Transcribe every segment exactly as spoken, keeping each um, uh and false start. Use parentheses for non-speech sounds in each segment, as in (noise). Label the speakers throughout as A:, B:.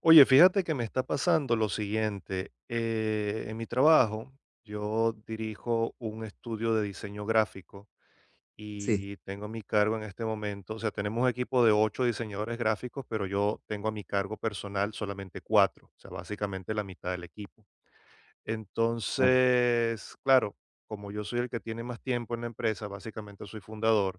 A: Oye, fíjate que me está pasando lo siguiente. Eh, en mi trabajo, yo dirijo un estudio de diseño gráfico
B: Sí,
A: y tengo a mi cargo en este momento, o sea, tenemos un equipo de ocho diseñadores gráficos, pero yo tengo a mi cargo personal solamente cuatro, o sea, básicamente la mitad del equipo.
B: claro,
A: Entonces, claro, como yo soy el que tiene más tiempo en la empresa, básicamente soy fundador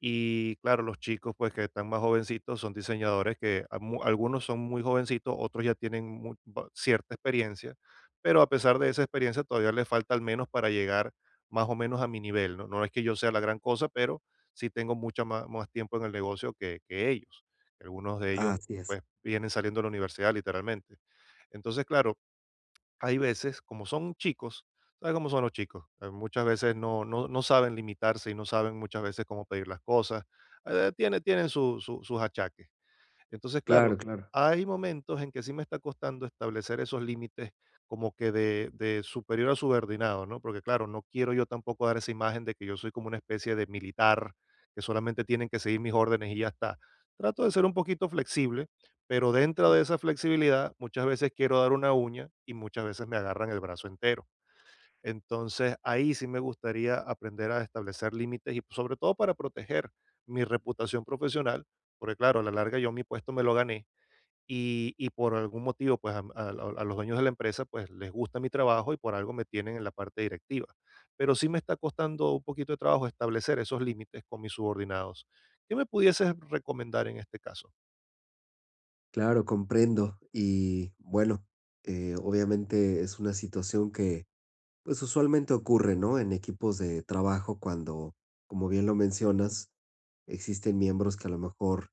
A: y claro, los chicos, pues que están más jovencitos, son diseñadores que a mu- algunos son muy jovencitos, otros ya tienen mu- ba- cierta experiencia, pero a pesar de esa experiencia todavía les falta al menos para llegar más o menos a mi nivel, ¿no? No es que yo sea la gran cosa, pero sí tengo mucho más, más tiempo en el negocio que, que ellos. Algunos de ellos,
B: así es.
A: pues, vienen saliendo de la universidad literalmente. Entonces, claro, hay veces, como son chicos, ¿sabes cómo son los chicos? Eh, muchas veces no, no, no saben limitarse y no saben muchas veces cómo pedir las cosas. Eh, tiene, tienen su- su- sus achaques. Entonces,
B: Claro,
A: claro,
B: claro,
A: hay momentos en que sí me está costando establecer esos límites como que de, de superior a subordinado, ¿no? Porque claro, no quiero yo tampoco dar esa imagen de que yo soy como una especie de militar, que solamente tienen que seguir mis órdenes y ya está. Trato de ser un poquito flexible, pero dentro de esa flexibilidad muchas veces quiero dar una uña y muchas veces me agarran el brazo entero. Entonces, ahí sí me gustaría aprender a establecer límites y sobre todo para proteger mi reputación profesional, porque claro, a la larga yo mi puesto me lo gané y, y por algún motivo, pues a, a- a los dueños de la empresa, pues les gusta mi trabajo y por algo me tienen en la parte directiva. Pero sí me está costando un poquito de trabajo establecer esos límites con mis subordinados. ¿Qué me pudieses recomendar en este caso?
B: claro, comprendo. Y bueno, eh, obviamente es una situación que pues usualmente ocurre, ¿no? En equipos de trabajo cuando, como bien lo mencionas, existen miembros que a lo mejor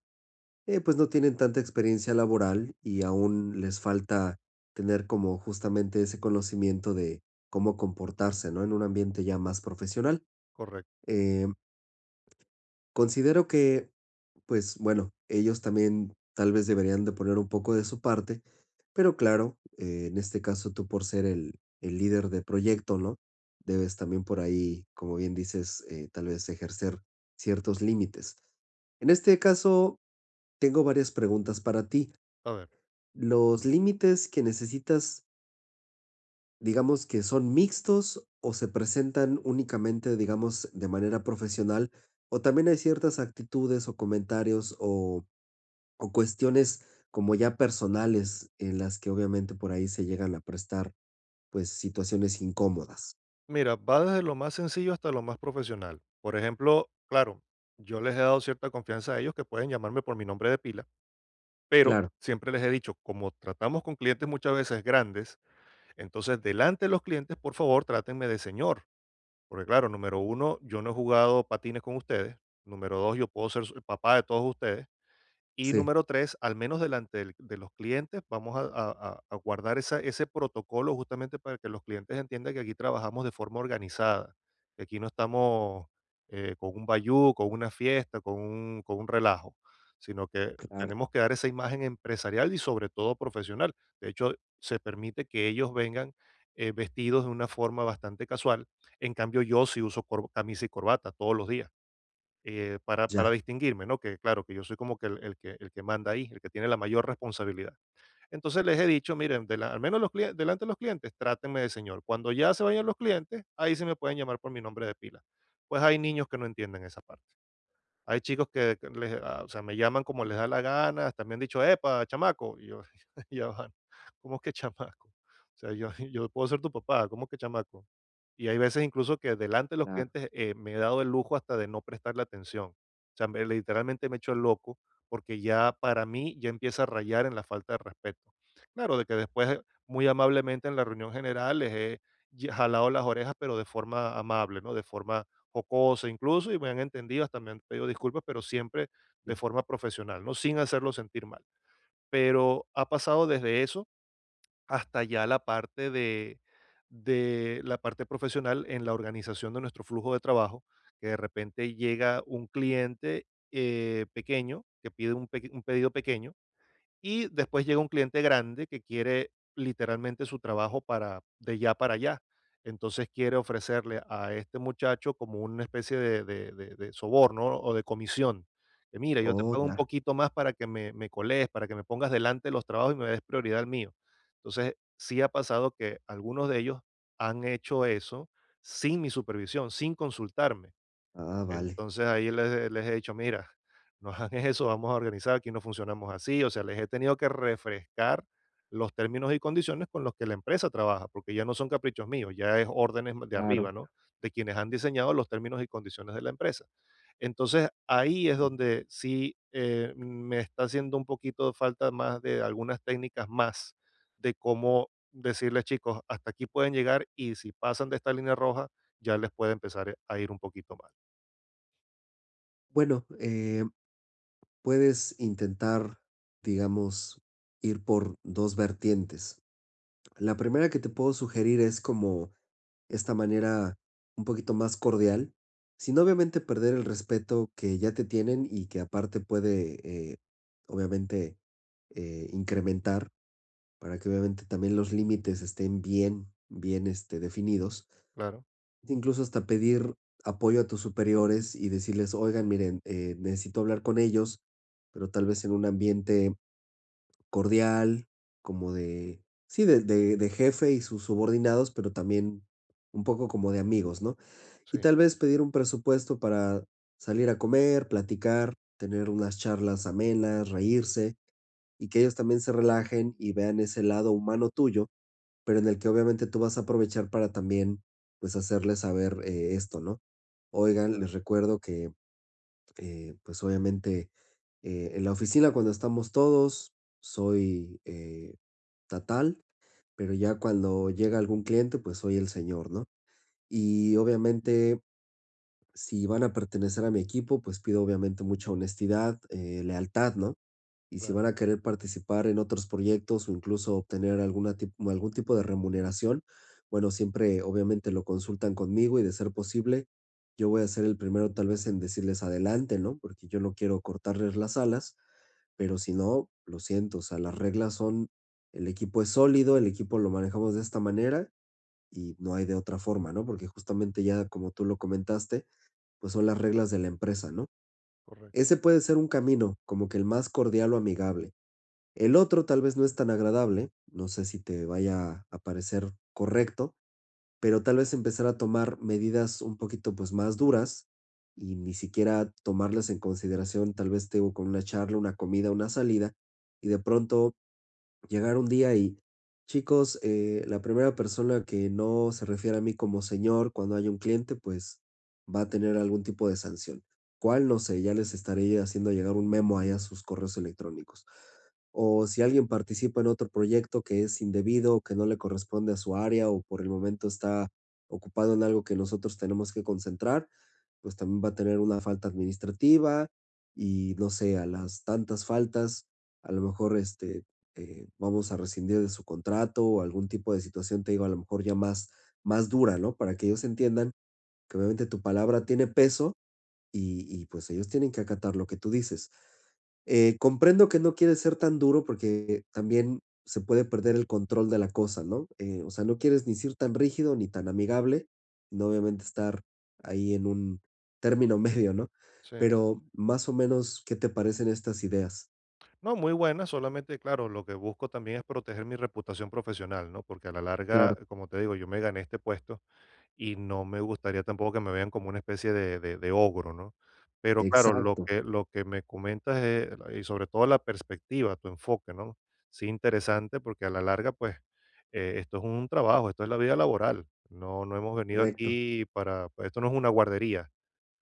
B: eh, pues no tienen tanta experiencia laboral y aún les falta tener como justamente ese conocimiento de cómo comportarse, ¿no? En un ambiente ya más profesional.
A: Correcto.
B: Eh, considero que pues bueno, ellos también tal vez deberían de poner un poco de su parte, pero claro, eh, en este caso tú por ser el, el líder de proyecto, ¿no? Debes también por ahí, como bien dices, eh, tal vez ejercer ciertos límites. En este caso, tengo varias preguntas para ti.
A: A ver.
B: ¿Los límites que necesitas, digamos que son mixtos o se presentan únicamente, digamos, de manera profesional? ¿O también hay ciertas actitudes o comentarios o o cuestiones como ya personales, en las que obviamente por ahí se llegan a prestar, pues, situaciones incómodas?
A: Mira, va desde lo más sencillo hasta lo más profesional. Por ejemplo, claro, yo les he dado cierta confianza a ellos que pueden llamarme por mi nombre de pila, pero
B: Claro.
A: siempre les he dicho, como tratamos con clientes muchas veces grandes, entonces delante de los clientes, por favor, trátenme de señor. Porque claro, número uno, yo no he jugado patines con ustedes. Número dos, yo puedo ser su- el papá de todos ustedes. Y
B: Sí,
A: número tres, al menos delante del- de los clientes, vamos a, a- a- a guardar esa- ese protocolo justamente para que los clientes entiendan que aquí trabajamos de forma organizada, que aquí no estamos eh, con un bayú, con una fiesta, con un, con un relajo, sino que
B: claro,
A: tenemos que dar esa imagen empresarial y sobre todo profesional. De hecho, se permite que ellos vengan eh, vestidos de una forma bastante casual. En cambio, yo sí uso cor- camisa y corbata todos los días, eh, para, para
B: ya.
A: distinguirme, ¿no? Que claro, que yo soy como que el, el que el que manda ahí, el que tiene la mayor responsabilidad. Entonces les he dicho, miren, de la- al menos los clien- delante de los clientes, trátenme de señor. Cuando ya se vayan los clientes, ahí se me pueden llamar por mi nombre de pila. Pues hay niños que no entienden esa parte. Hay chicos que que les ah, o sea, me llaman como les da la gana, hasta me han dicho: "Epa, chamaco", y yo, (laughs) ya van, ¿cómo que chamaco? O sea, yo (laughs) yo puedo ser tu papá, ¿cómo que chamaco? Y hay veces incluso que delante de los
B: Claro,
A: clientes, eh, me he dado el lujo hasta de no prestarle atención. O sea, me literalmente me he hecho el loco, porque ya para mí ya empieza a rayar en la falta de respeto. Claro, de que después, eh, muy amablemente en la reunión general les he ye jalado las orejas, pero de forma amable, ¿no? De forma jocosa incluso, y me han entendido, hasta me han pedido disculpas, pero siempre de
B: sí.
A: forma profesional, ¿no? Sin hacerlo sentir mal. Pero ha pasado desde eso hasta ya la parte de, de la parte profesional en la organización de nuestro flujo de trabajo, que de repente llega un cliente eh, pequeño que pide un, pe- un pedido pequeño y después llega un cliente grande que quiere literalmente su trabajo para de ya para allá. Entonces quiere ofrecerle a este muchacho como una especie de, de- de- de soborno o de comisión. Que mira, yo te
B: Oh,
A: pago un
B: ya.
A: poquito más para que me, me colees, para que me pongas delante los trabajos y me des prioridad al mío. Entonces, sí ha pasado que algunos de ellos han hecho eso sin mi supervisión, sin consultarme.
B: Ah, vale.
A: Entonces ahí les les he dicho: "Mira, (laughs) no hagan eso, vamos a organizar, aquí no funcionamos así". O sea, les he tenido que refrescar los términos y condiciones con los que la empresa trabaja, porque ya no son caprichos míos, ya es órdenes de arriba,
B: Claro,
A: ¿no? De quienes han diseñado los términos y condiciones de la empresa. Entonces, ahí es
B: sí.
A: donde sí, eh, me está haciendo un poquito de falta más de algunas técnicas más de cómo decirles: "Chicos, hasta aquí pueden llegar", y si pasan de esta línea roja, ya les puede empezar a ir un poquito mal.
B: Bueno, eh, puedes intentar, digamos, ir por dos vertientes. La primera que te puedo sugerir es como esta manera un poquito más cordial, sin obviamente perder el respeto que ya te tienen y que aparte puede, eh, obviamente, eh, incrementar para que obviamente también los límites estén bien, bien este, definidos.
A: Claro.
B: Incluso hasta pedir apoyo a tus superiores y decirles, oigan, miren, eh, necesito hablar con ellos, pero tal vez en un ambiente cordial, como de, sí, de, de de jefe y sus subordinados, pero también un poco como de amigos, ¿no?
A: Sí,
B: Y tal vez pedir un presupuesto para salir a comer, platicar, tener unas charlas amenas, reírse y que ellos también se relajen y vean ese lado humano tuyo, pero en el que obviamente tú vas a aprovechar para también, pues, hacerles saber, eh, esto, ¿no? Oigan,
A: claro,
B: les recuerdo que, eh, pues, obviamente, eh, en la oficina cuando estamos todos soy, eh, ta tal, pero ya cuando llega algún cliente, pues, soy el señor, ¿no? Y obviamente, si van a pertenecer a mi equipo, pues pido obviamente mucha honestidad, eh, lealtad, ¿no? Y si
A: claro,
B: van a querer participar en otros proyectos o incluso obtener alguna tip- algún tipo de remuneración, bueno, siempre obviamente lo consultan conmigo y de ser posible, yo voy a ser el primero tal vez en decirles adelante, ¿no? Porque yo no quiero cortarles las alas, pero si no, lo siento, o sea, las reglas son, el equipo es sólido, el equipo lo manejamos de esta manera y no hay de otra forma, ¿no? Porque justamente ya como tú lo comentaste, pues son las reglas de la empresa, ¿no?
A: correcto.
B: Ese puede ser un camino, como que el más cordial o amigable. El otro tal vez no es tan agradable, no sé si te vaya a parecer correcto, pero tal vez empezar a tomar medidas un poquito pues más duras y ni siquiera tomarlas en consideración, tal vez te digo con una charla, una comida, una salida, y de pronto llegar un día y, chicos, eh, la primera persona que no se refiere a mí como señor cuando haya un cliente, pues va a tener algún tipo de sanción. ¿Cuál? No sé, ya les estaré haciendo llegar un memo ahí a sus correos electrónicos. O si alguien participa en otro proyecto que es indebido o que no le corresponde a su área o por el momento está ocupado en algo que nosotros tenemos que concentrar, pues también va a tener una falta administrativa y no sé, a las tantas faltas, a lo mejor este, eh, vamos a rescindir de su contrato o algún tipo de situación, te digo, a lo mejor ya más, más dura, ¿no? Para que ellos entiendan que obviamente tu palabra tiene peso y, y, pues ellos tienen que acatar lo que tú dices. Eh, comprendo que no quieres ser tan duro porque también se puede perder el control de la cosa, ¿no? Eh, o sea, no quieres ni ser tan rígido ni tan amigable, no obviamente estar ahí en un término (laughs) medio, ¿no?
A: Sí.
B: Pero más o menos, ¿qué te parecen estas ideas?
A: No, muy buena, solamente, claro, lo que busco también es proteger mi reputación profesional, ¿no? Porque a la larga,
B: Claro,
A: como te digo, yo me gané este puesto y no me gustaría tampoco que me vean como una especie de, de- de ogro, ¿no? Pero claro, lo
B: exacto,
A: que, lo que me comentas es, y sobre todo la perspectiva, tu enfoque, ¿no? Sí, interesante, porque a la larga, pues, eh, esto es un trabajo, esto es la vida laboral. No, no hemos venido
B: correcto.
A: aquí para, pues, esto no es una guardería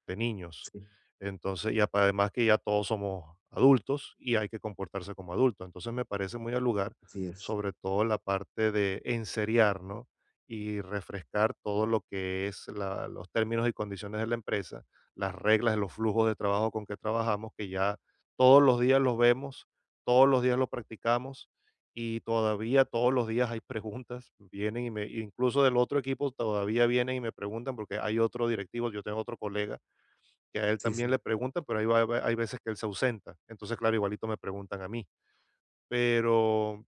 A: de niños.
B: Sí.
A: Entonces, y apa- además que ya todos somos adultos y hay que comportarse como adultos. Entonces, me parece muy al lugar,
B: Así es.
A: sobre todo la parte de enseriar, ¿no? Y refrescar todo lo que es la- los términos y condiciones de la empresa, las reglas, los flujos de trabajo con que trabajamos, que ya todos los días los vemos, todos los días lo practicamos y todavía todos los días hay preguntas, vienen y me, incluso del otro equipo todavía vienen y me preguntan porque hay otro directivo, yo tengo otro colega que a él
B: Sí,
A: también le
B: sí.
A: preguntan, pero hay va hay veces que él se ausenta. Entonces, claro, igualito me preguntan a mí. Pero,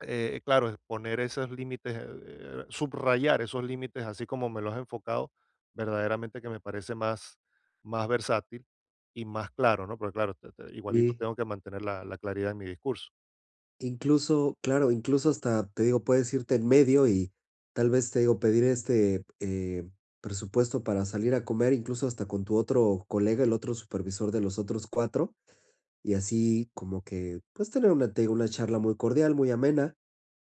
A: eh, claro, es poner esos límites, eh, subrayar esos límites, así como me los he enfocado, verdaderamente que me parece más más versátil y más claro, ¿no? Porque claro, te te igualito
B: Y
A: tengo que mantener la la claridad en mi discurso.
B: incluso, claro, incluso hasta te digo, puedes irte en medio y tal vez te digo, pedir este eh, presupuesto para salir a comer, incluso hasta con tu otro colega, el otro supervisor de los otros cuatro, y así como que, pues, tener una, te digo, una charla muy cordial, muy amena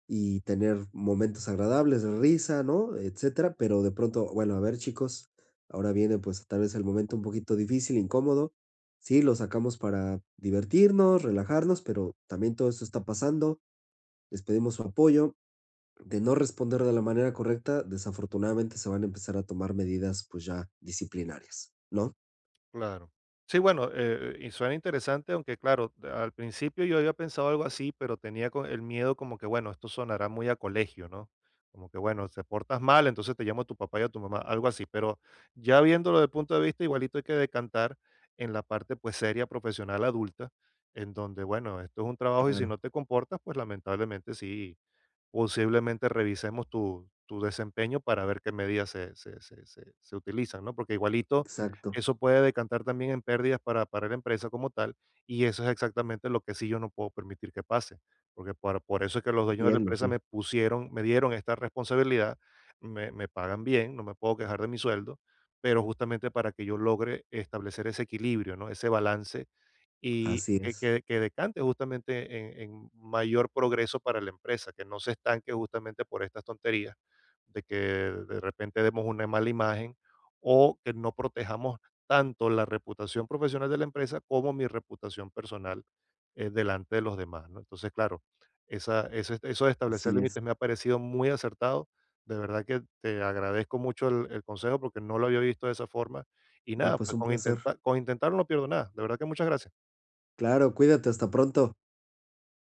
B: y tener momentos agradables, risa, ¿no? Etcétera, pero de pronto, bueno, a ver, chicos, ahora viene pues tal vez el momento un poquito difícil, incómodo. Sí, lo sacamos para divertirnos, relajarnos, pero también todo esto está pasando. Les pedimos su apoyo. De no responder de la manera correcta, desafortunadamente se van a empezar a tomar medidas pues ya disciplinarias, ¿no?
A: Claro. Sí, bueno, eh, y suena interesante, aunque claro, de- al principio yo había pensado algo así, pero tenía co- el miedo como que, bueno, esto sonará muy a colegio, ¿no? Como que, bueno, te portas mal, entonces te llamo a tu papá y a tu mamá, algo así. Pero ya viéndolo desde el punto de vista, igualito hay que decantar en la parte, pues, seria, profesional, adulta, en donde, bueno, esto es un trabajo y si no
B: Claro,
A: te comportas, pues lamentablemente sí, posiblemente revisemos tu, tu desempeño para ver qué medidas se, se, se, se, se utilizan, ¿no? Porque igualito
B: exacto,
A: eso puede decantar también en pérdidas para, para la empresa como tal, y eso es exactamente lo que sí yo no puedo permitir que pase, porque por, por eso es que los dueños de la
B: entiendo,
A: empresa
B: sí.
A: me pusieron, me dieron esta responsabilidad, me, me pagan bien, no me puedo quejar de mi sueldo, pero justamente para que yo logre establecer ese equilibrio, ¿no? Ese balance y
B: Así
A: que
B: es,
A: que que decante justamente en en mayor progreso para la empresa, que no se estanque justamente por estas tonterías, de que de repente demos una mala imagen, o que no protejamos tanto la reputación profesional de la empresa como mi reputación personal, eh, delante de los demás, ¿no? Entonces, claro, esa eso es- eso de establecer
B: así es.
A: límites me ha parecido muy acertado. De verdad que te agradezco mucho el el consejo porque no lo había visto de esa forma. Y
B: No,
A: nada,
B: pues
A: pues
B: un
A: con
B: placer.
A: intentar con intentarlo no pierdo nada. De verdad que muchas gracias.
B: Claro, cuídate, hasta pronto.